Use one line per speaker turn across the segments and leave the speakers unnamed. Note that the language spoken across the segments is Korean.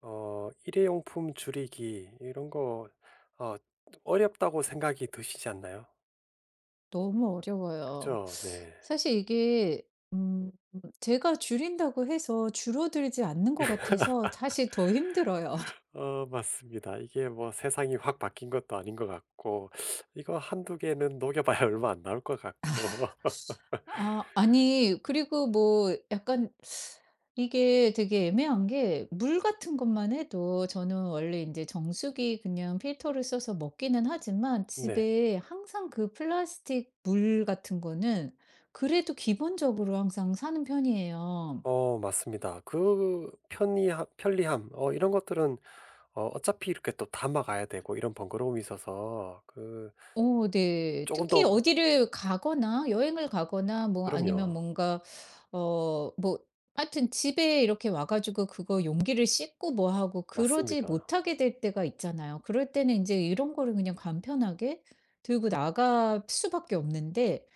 일회용품 줄이기 이런 거 어 어렵다고 생각이 드시지 않나요?
너무 어려워요.
그죠? 네.
사실 이게 음 제가 줄인다고 해서 줄어들지 않는 것 같아서 사실 더 힘들어요.
맞습니다. 이게 뭐 세상이 확 바뀐 것도 아닌 것 같고 이거 한두 개는 녹여봐야 얼마 안 나올 것 같고.
아 아니, 그리고 뭐 약간 이게 되게 애매한 게, 물 같은 것만 해도 저는 원래 이제 정수기 그냥 필터를 써서 먹기는 하지만,
네.
집에 항상 그 플라스틱 물 같은 거는 그래도 기본적으로 항상 사는 편이에요.
맞습니다. 그 편리함 이런 것들은 어차피 이렇게 또 담아가야 되고 이런 번거로움이 있어서 그
어 네.
조금 더
특히 어디를 가거나 여행을 가거나 뭐 아니면
그럼요.
뭔가 어 뭐 하여튼 집에 이렇게 와 가지고 그거 용기를 씻고 뭐 하고 그러지
맞습니다.
못하게 될 때가 있잖아요. 그럴 때는 인제 이런 거를 그냥 간편하게 들고 나갈 수밖에 없는데.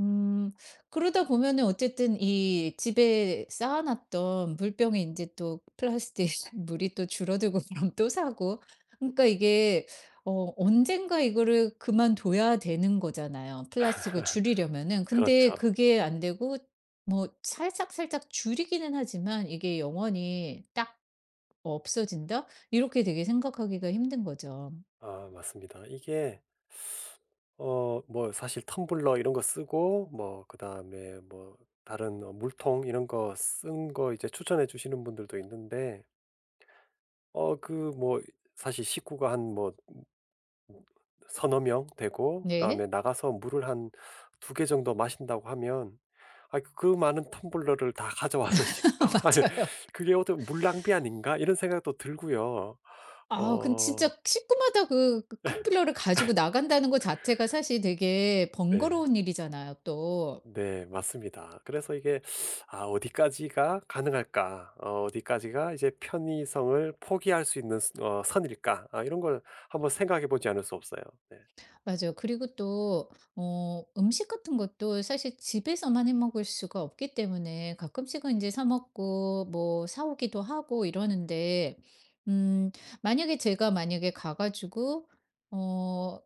음. 그러다 보면은 어쨌든 이 집에 쌓아 놨던 물병에 이제 또 플라스틱 물이 또 줄어들고 그럼 또 사고. 그러니까 이게 어 언젠가 이거를 그만둬야 되는 거잖아요, 플라스틱을 줄이려면은. 근데
그렇죠.
그게 안 되고 뭐 살짝살짝 줄이기는 하지만, 이게 '영원히 딱 없어진다.' 이렇게 되게 생각하기가 힘든 거죠.
맞습니다. 이게 뭐 사실 텀블러 이런 거 쓰고 뭐 그다음에 뭐 다른 물통 이런 거 쓴 거 이제 추천해 주시는 분들도 있는데 어 그 뭐 사실 식구가 한 뭐 서너 명 되고 그다음에
네.
나가서 물을 한 두 개 정도 마신다고 하면 그 많은 텀블러를 다 가져와서 씻고 아니,
맞아요.
그게 어떻게 '물 낭비 아닌가?' 이런 생각도 들고요.
아 근
어
진짜 식구마다 그 컴플러를 가지고 나간다는 거 자체가 사실 되게
네.
번거로운 일이잖아요 또.
네, 맞습니다. 그래서 이게 아, 어디까지가 가능할까? 어, 디까지가 이제 편의성을 포기할 수 있는 선일까? 아, 이런 걸 한번 생각해 보지 않을 수 없어요. 네,
맞아요. 그리고 또 어 음식 같은 것도 사실 집에서만 해 먹을 수가 없기 때문에 가끔씩은 이제 사 먹고 뭐 사 오기도 하고 이러는데, 음 만약에 제가 만약에 가 가지고 어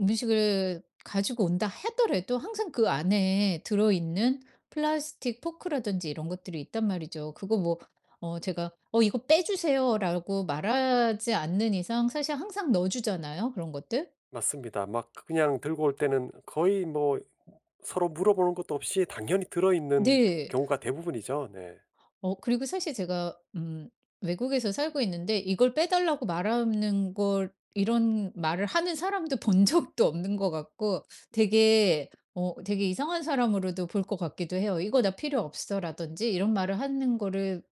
음식을 가지고 온다 하더라도 항상 그 안에 들어 있는 플라스틱 포크라든지 이런 것들이 있단 말이죠. 그거 뭐 어 제가 "어 이거 빼 주세요."라고 말하지 않는 이상 사실 항상 넣어 주잖아요, 그런 것들.
맞습니다. 막 그냥 들고 올 때는 거의 뭐 서로 물어보는 것도 없이 당연히 들어있는
네.
경우가 대부분이죠. 네.
어 그리고 사실 제가 외국에서 살고 있는데, 이걸 빼달라고 말하는 걸, 이런 말을 하는 사람도 본 적도 없는 것 같고, 되게 어 되게 이상한 사람으로도 볼 것 같기도 해요. "이거 나 필요 없어."라든지 이런 말을 하는 거를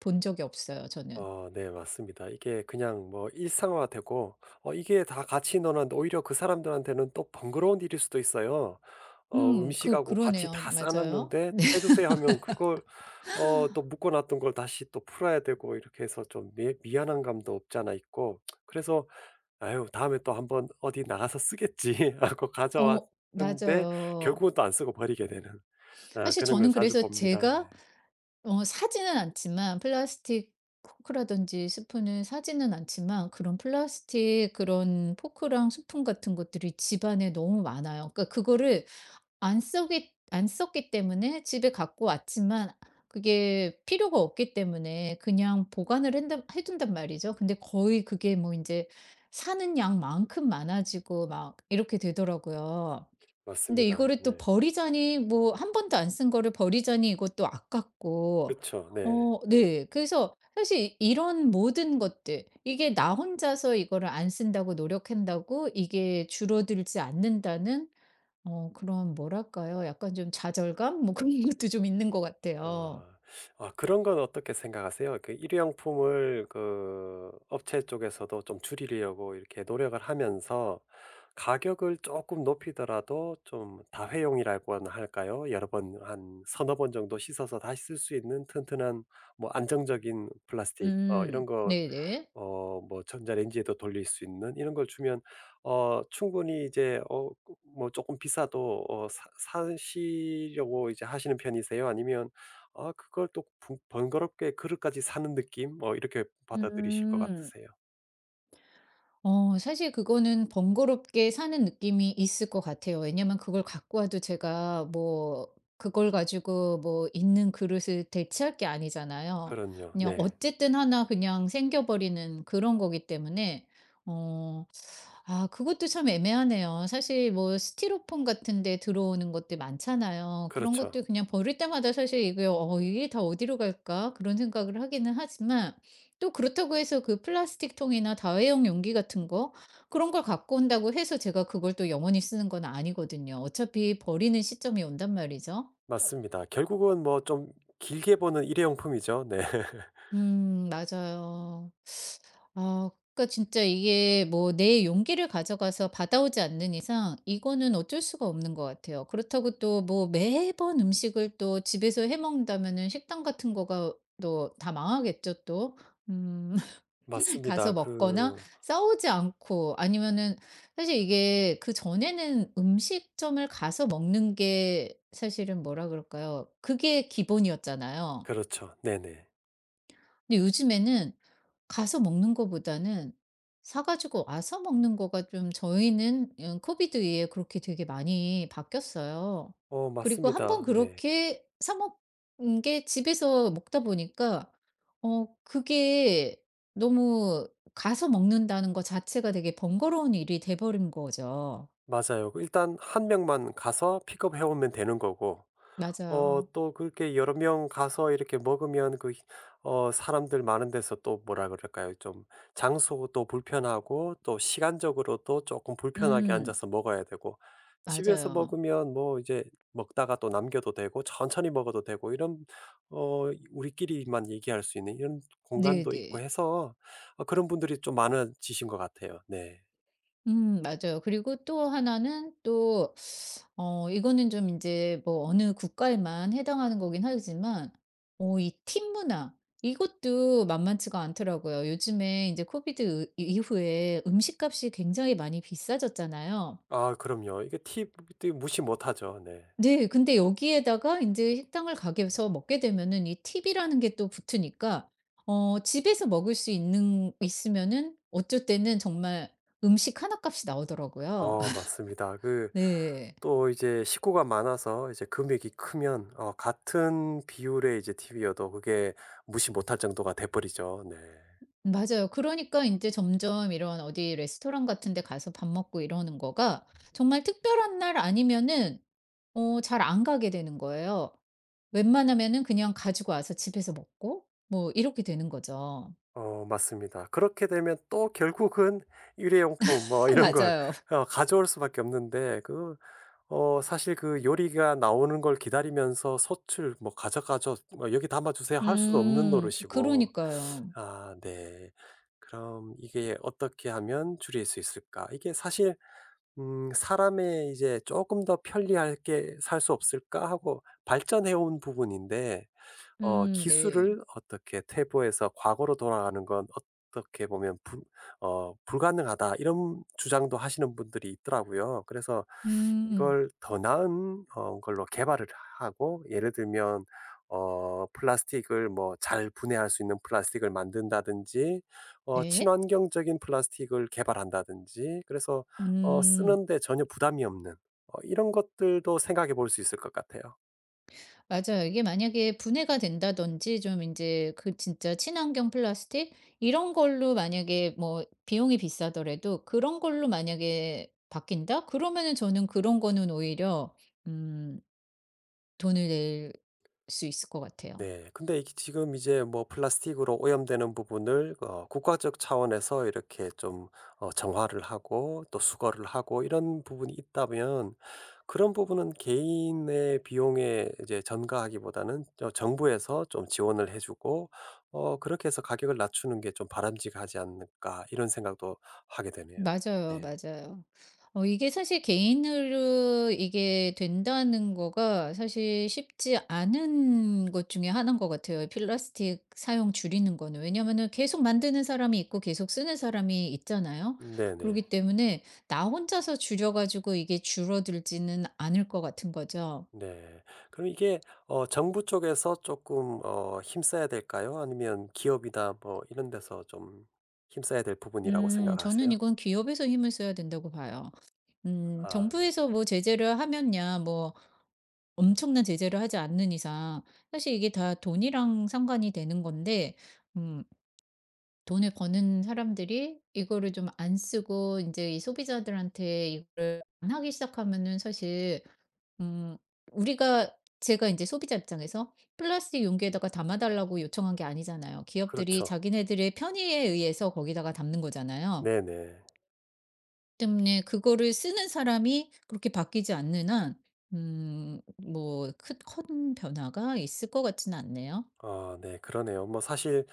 본 적이 없어요 저는.
네 맞습니다. 이게 그냥 뭐 일상화되고 이게 다 같이 넣어놨는데 오히려 그 사람들한테는 또 번거로운 일일 수도 있어요.
음. 그
음식하고 같이
그러네요.
다 싸
맞아요.
놨는데 "빼주세요." 하면 그걸 또 묶어 놨던 걸 다시 또 풀어야 되고 이렇게 해서 좀 미 미안한 감도 없지 않아 있고 그래서 '아유 다음에 또 한번 어디 나가서 쓰겠지.' 하고
어
가져왔는데
맞아요.
결국은 또 안 쓰고 버리게 되는 아
사실
그런 걸
저는
자주
그래서
봅니다. 네.
제가 어 사지는 않지만, 플라스틱 포크라든지 스푼는 사지는 않지만, 그런 플라스틱 그런 포크랑 스푼 같은 것들이 집안에 너무 많아요. 그러니까 그거를 안 쓰기 안 썼기 때문에 집에 갖고 왔지만, 그게 필요가 없기 때문에 그냥 보관을 한다 해 둔단 말이죠. 근데 거의 그게 뭐 이제 사는 양만큼 많아지고 막 이렇게 되더라고요. 근데
맞습니다.
이거를 또
네.
버리자니, 뭐 한 번도 안 쓴 거를 버리자니 이것도
그
아깝고.
렇죠 네.
어 네. 그래서 사실 이런 모든 것들, 이게 '나 혼자서 이거를 안 쓴다고 노력한다고 이게 줄어들지 않는다.'는 어 그런, 뭐랄까요? 약간 좀 좌절감 뭐 그런 것도 좀 있는 것 같아요.
아. 아 그런 건 어떻게 생각하세요? 그 일회용품을 그 업체 쪽에서도 좀 줄이려고 이렇게 노력을 하면서 가격을 조금 높이더라도 좀 다회용이라고 할까요? 여러 번 한 서너 번 정도 씻어서 다시 쓸 수 있는 튼튼한 뭐 안정적인 플라스틱
음.
이런 거
네네.
뭐 전자레인지에도 돌릴 수 있는 이런 걸 주면 어 충분히 이제 어 뭐 조금 비싸도 어 사 사시려고 이제 하시는 편이세요? 아니면 그걸 또 부 번거롭게 그릇까지 사는 느낌 이렇게 받아들이실 것
음.
같으세요?
어 사실 그거는 번거롭게 사는 느낌이 있을 것 같아요. 왜냐면 그걸 갖고 와도 제가 뭐 그걸 가지고 뭐 있는 그릇을 대체할 게 아니잖아요.
그럼요.
그냥
네.
어쨌든 하나 그냥 생겨버리는 그런 거기 때문에. 어 아 그것도 참 애매하네요. 사실 뭐 스티로폼 같은 데 들어오는 것들 많잖아요. 그런
그렇죠.
것들 그냥 버릴 때마다 사실 이게 '어 이게 다 어디로 갈까?' 그런 생각을 하기는 하지만, 또 그렇다고 해서 그 플라스틱 통이나 다회용 용기 같은 거, 그런 걸 갖고 온다고 해서 제가 그걸 또 영원히 쓰는 건 아니거든요. 어차피 버리는 시점이 온단 말이죠.
맞습니다. 결국은 뭐 좀 길게 보는 일회용품이죠. 네.
맞아요. 아 그러니까 진짜 이게 뭐 내 용기를 가져가서 받아오지 않는 이상 이거는 어쩔 수가 없는 것 같아요. 그렇다고 또 뭐 매번 음식을 또 집에서 해 먹는다면은 식당 같은 거가 또 다 망하겠죠 또. 음.
맞습니다.
가서 먹거나
그
싸우지 않고 아니면은, 사실 이게 그전에는 음식점을 가서 먹는 게, 사실은 뭐라 그럴까요? 그게 기본이었잖아요.
그렇죠. 네네.
근데 요즘에는 가서 먹는 거보다는 사 가지고 와서 먹는 거가 좀, 저희는 코비드 이후에 그렇게 되게 많이 바뀌었어요. 그리고 한번
맞습니다. 네.
그렇게 사 먹은 게 집에서 먹다 보니까 어 그게 너무, 가서 먹는다는 거 자체가 되게 번거로운 일이 돼 버린 거죠.
맞아요. 그 일단 한 명만 가서 픽업해 오면 되는 거고
맞아요.
또 그렇게 여러 명 가서 이렇게 먹으면 그 히 사람들 많은 데서 또 뭐라 그럴까요? 좀 장소도 불편하고 또 시간적으로도 조금 불편하게
음
앉아서 먹어야 되고 집에서
맞아요.
먹으면 뭐 이제 먹다가 또 남겨도 되고 천천히 먹어도 되고 이런 우리끼리만 얘기할 수 있는 이런 공간도 있고
네네.
해서 그런 분들이 좀 많아지신 것 같아요. 네.
맞아요. 그리고 또 하나는 또 어 이거는 좀 이제 뭐 어느 국가에만 해당하는 거긴 하지만, 어 이 팀 문화, 이것도 만만치가 않더라고요. 요즘에 이제 코비드 이 이후에 음식값이 굉장히 많이 비싸졌잖아요.
아 그럼요. 이게 팁 무시 못하죠. 네.
네. 근데 여기에다가 이제 식당을 가게에서 먹게 되면은 이 팁이라는 게 또 붙으니까, 어 집에서 먹을 수 있는 있으면은 어쩔 때는 정말 음식 하나 값이 나오더라고요.
맞습니다. 그
네.
또 이제 식구가 많아서 이제 금액이 크면 같은 비율의 이제 TV여도 그게 무시 못할 정도가 돼 버리죠. 네.
맞아요. 그러니까 인제 점점 이런 어디 레스토랑 같은 데 가서 밥 먹고 이러는 거가, 정말 특별한 날 아니면은 어 잘 안 가게 되는 거예요. 웬만하면은 그냥 가지고 와서 집에서 먹고 뭐 이렇게 되는 거죠.
맞습니다. 그렇게 되면 또 결국은 일회용품 뭐 이런 걸
맞아요.
가져올 수밖에 없는데 그 사실 그 요리가 나오는 걸 기다리면서 소출 뭐 "가져가죠. 뭐 여기 담아 주세요." 할 수도 없는
음.
노릇이고.
그러니까요.
아 네. 그럼 이게 '어떻게 하면 줄일 수 있을까?' 이게 사실 '사람의 이제 조금 더 편리하게 살 수 없을까?' 하고 발전해 온 부분인데
네.
기술을 어떻게 퇴보해서 과거로 돌아가는 건 어떻게 보면 불 어 "불가능하다." 이런 주장도 하시는 분들이 있더라고요. 그래서
음.
이걸 더 나은 걸로 개발을 하고 예를 들면 플라스틱을 뭐 잘 분해할 수 있는 플라스틱을 만든다든지
네.
친환경적인 플라스틱을 개발한다든지 그래서
음.
쓰는데 전혀 부담이 없는 이런 것들도 생각해 볼 수 있을 것 같아요.
맞아요. 이게 만약에 분해가 된다든지 좀 이제 그 진짜 친환경 플라스틱 이런 걸로 만약에 뭐 비용이 비싸더라도 그런 걸로 만약에 바뀐다? 그러면은 저는 그런 거는 오히려 음 돈을 낼 수 있을 것 같아요.
네. 근데 이게 지금 이제 뭐 플라스틱으로 오염되는 부분을 국가적 차원에서 이렇게 좀 정화를 하고 또 수거를 하고 이런 부분이 있다면 그런 부분은 개인의 비용에 이제 전가하기보다는 저 정부에서 좀 지원을 해 주고 그렇게 해서 가격을 낮추는 게 좀 바람직하지 않을까 이런 생각도 하게 되네요.
맞아요,
네.
맞아요. 어 이게 사실 개인으로 이게 된다는 거가 사실 쉽지 않은 것 중에 하나인 것 같아요. 플라스틱 사용 줄이는 거는. 왜냐면은 계속 만드는 사람이 있고 계속 쓰는 사람이 있잖아요.
네네.
그렇기 때문에 나 혼자서 줄여 가지고 이게 줄어들지는 않을 것 같은 거죠.
네. 그럼 이게 정부 쪽에서 조금 힘써야 될까요? 아니면 기업이나 뭐 이런 데서 좀 힘써야 될 부분이라고
저는
생각하세요?
이건 기업에서 힘을 써야 된다고 봐요.
아 네.
정부에서 뭐 제재를 하면야 뭐 엄청난 제재를 하지 않는 이상, 사실 이게 다 돈이랑 상관이 되는 건데, 음 돈을 버는 사람들이 이거를 좀 안 쓰고 이제 이 소비자들한테 이거를 안 하기 시작하면은, 사실 음 우리가, 제가 이제 소비자 입장에서 플라스틱 용기에다가 담아 달라고 요청한 게 아니잖아요. 기업들이
그렇죠.
자기네들의 편의에 의해서 거기다가 담는 거잖아요.
네네.
때문에 그거를 쓰는 사람이 그렇게 바뀌지 않는 한, 뭐 큰 큰 변화가 있을 것 같지는 않네요.
아 네. 그러네요. 뭐 사실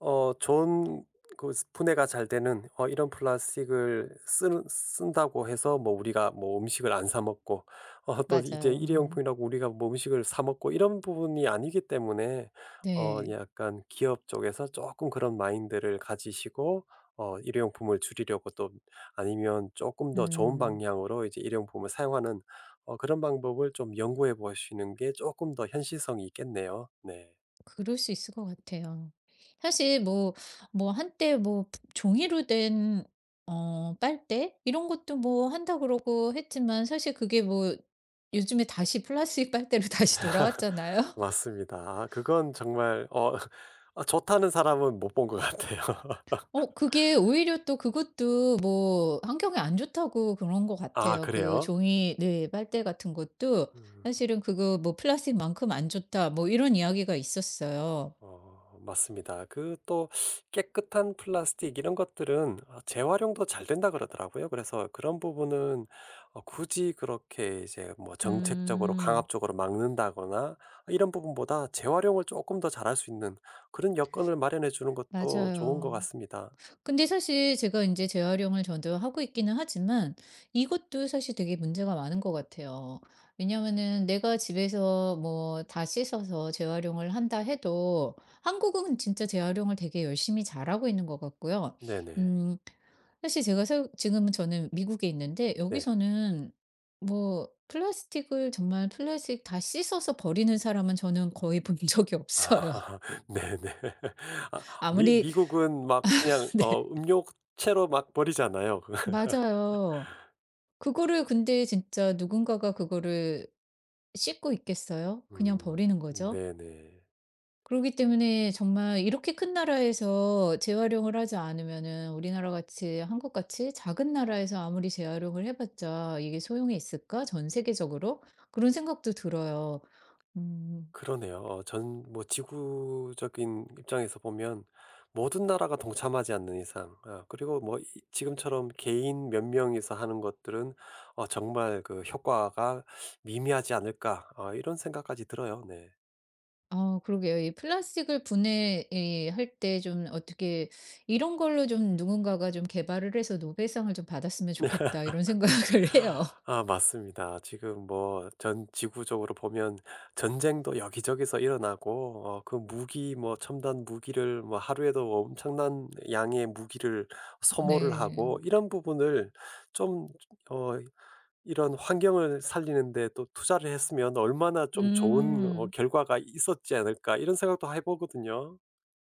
좋은 그 분해가 잘 되는 이런 플라스틱을 쓰 쓴다고 해서 뭐 우리가 뭐 음식을 안 사 먹고 또 이제
맞아요. 음.
일회용품이라고 우리가 뭐 음식을 사 먹고 이런 부분이 아니기 때문에
네.
약간 기업 쪽에서 조금 그런 마인드를 가지시고 일회용품을 줄이려고 또 아니면 조금 더 좋은
음.
방향으로 이제 일회용품을 사용하는 그런 방법을 좀 연구해 보시는 게 조금 더 현실성이 있겠네요. 네.
그럴 수 있을 것 같아요. 사실 뭐 한때 뭐 종이로 된 어 빨대 이런 것도 뭐 한다 그러고 했지만, 사실 그게 뭐 요즘에 다시 플라스틱 빨대로 다시 돌아왔잖아요.
맞습니다. 아 그건 정말 어 아는 사람은 못 본 것 같아요.
어 그게 오히려 또 그것도 뭐 환경에 안 좋다고 그런 것
아
같아요. 그
그래요?
종이 네 빨대 같은 것도
음.
사실은 그거 뭐 "플라스틱만큼 안 좋다." 뭐 이런 이야기가 있었어요.
맞습니다. 그 또 깨끗한 플라스틱 이런 것들은 아 재활용도 잘 된다 그러더라고요. 그래서 그런 부분은 굳이 그렇게 이제 뭐 정책적으로
음.
강압적으로 막는다거나 이런 부분보다 재활용을 조금 더 잘할 수 있는 그런 여건을 마련해 주는 것도 좋은 것
맞아요.
같습니다.
근데 사실 제가 이제 재활용을 저도 하고 있기는 하지만, 이것도 사실 되게 문제가 많은 것 같아요. 왜냐하면은 내가 집에서 뭐 다 씻어서 재활용을 한다 해도, 한국은 진짜 재활용을 되게 열심히 잘하고 있는 것 같고요.
네네.
음 사실 제가 살 지금은 저는 미국에 있는데,
네.
여기서는 뭐 플라스틱을 정말, 플라스틱 다 씻어서 버리는 사람은 저는 거의 본 적이
아
없어요.
네네. 아 미
아무리
미국은 막 그냥
네.
음료채로 막 버리잖아요.
맞아요. 그거를 근데 진짜 누군가가 그거를 씻고 있겠어요? 그냥
음
버리는 거죠.
네네.
그러기 때문에 정말 이렇게 큰 나라에서 재활용을 하지 않으면은, 우리나라 같이, 한국 같이 작은 나라에서 아무리 재활용을 해봤자 이게 소용이 있을까? 전 세계적으로? 그런 생각도 들어요. 음.
그러네요. 전 뭐 지구적인 입장에서 보면 모든 나라가 동참하지 않는 이상 아 그리고 뭐 이 지금처럼 개인 몇 명이서 하는 것들은 정말 그 '효과가 미미하지 않을까.' 아 이런 생각까지 들어요. 네.
아, 그러게요. 이 플라스틱을 분해할 때 좀 어떻게 이런 걸로 좀 누군가가 좀 개발을 해서 노벨상을 좀 받았으면 좋겠다, 이런 생각을 해요.
아 맞습니다. 지금 뭐 전 지구적으로 보면 전쟁도 여기저기서 일어나고 그 무기 뭐 첨단 무기를 뭐 하루에도 엄청난 양의 무기를 소모를 하고
네.
이런 부분을 좀 어 이런 환경을 살리는 데 또 투자를 했으면 얼마나 좀 좋은
음.
결과가 있었지 않을까 이런 생각도 해 보거든요.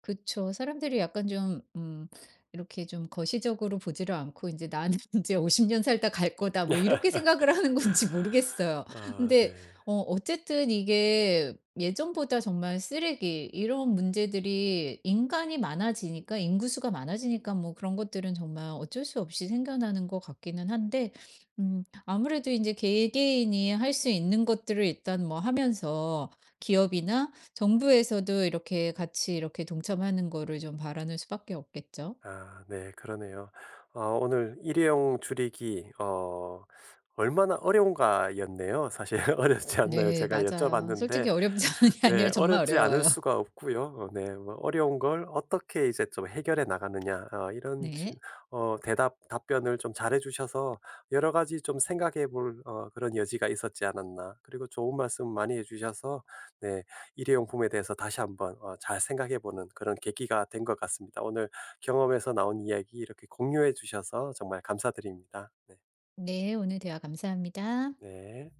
그쵸. 사람들이 약간 좀 이렇게 좀 거시적으로 보지를 않고 이제 '나는 이제50년 살다 갈 거다.' 뭐 이렇게 생각을 하는 건지 모르겠어요.
아
근데
네.
어 어쨌든 이게 예전보다 정말 쓰레기 이런 문제들이, 인간이 많아지니까, 인구수가 많아지니까 뭐 그런 것들은 정말 어쩔 수 없이 생겨나는 것 같기는 한데, 아무래도 이제 개개인이 할 수 있는 것들을 일단 뭐 하면서, 기업이나 정부에서도 이렇게 같이 이렇게 동참하는 거를 좀 바라는 수밖에 없겠죠?
아 네 그러네요. 아 오늘 일회용 줄이기 얼마나 어려운가였네요. 사실 어렵지 않나요?
네
제가
맞아요. 솔직히
여쭤봤는데
어렵지 않은 게 아니라
네.
정말
어렵지 않을
어려워요.
수가 없고요. 어 네. 뭐 어려운 걸 어떻게 이제 좀 해결해 나가느냐 아, 이런 질
네.
어 대답 답변을 좀 잘해 주셔서 여러 가지 좀 생각해 볼 그런 여지가 있었지 않았나. 그리고 좋은 말씀 많이 해 주셔서 네 일회용품에 대해서 다시 한번 잘 생각해 보는 그런 계기가 된 것 같습니다. 오늘 경험에서 나온 이야기 이렇게 공유해 주셔서 정말 감사드립니다. 네.
네 오늘 대화 감사합니다.
네.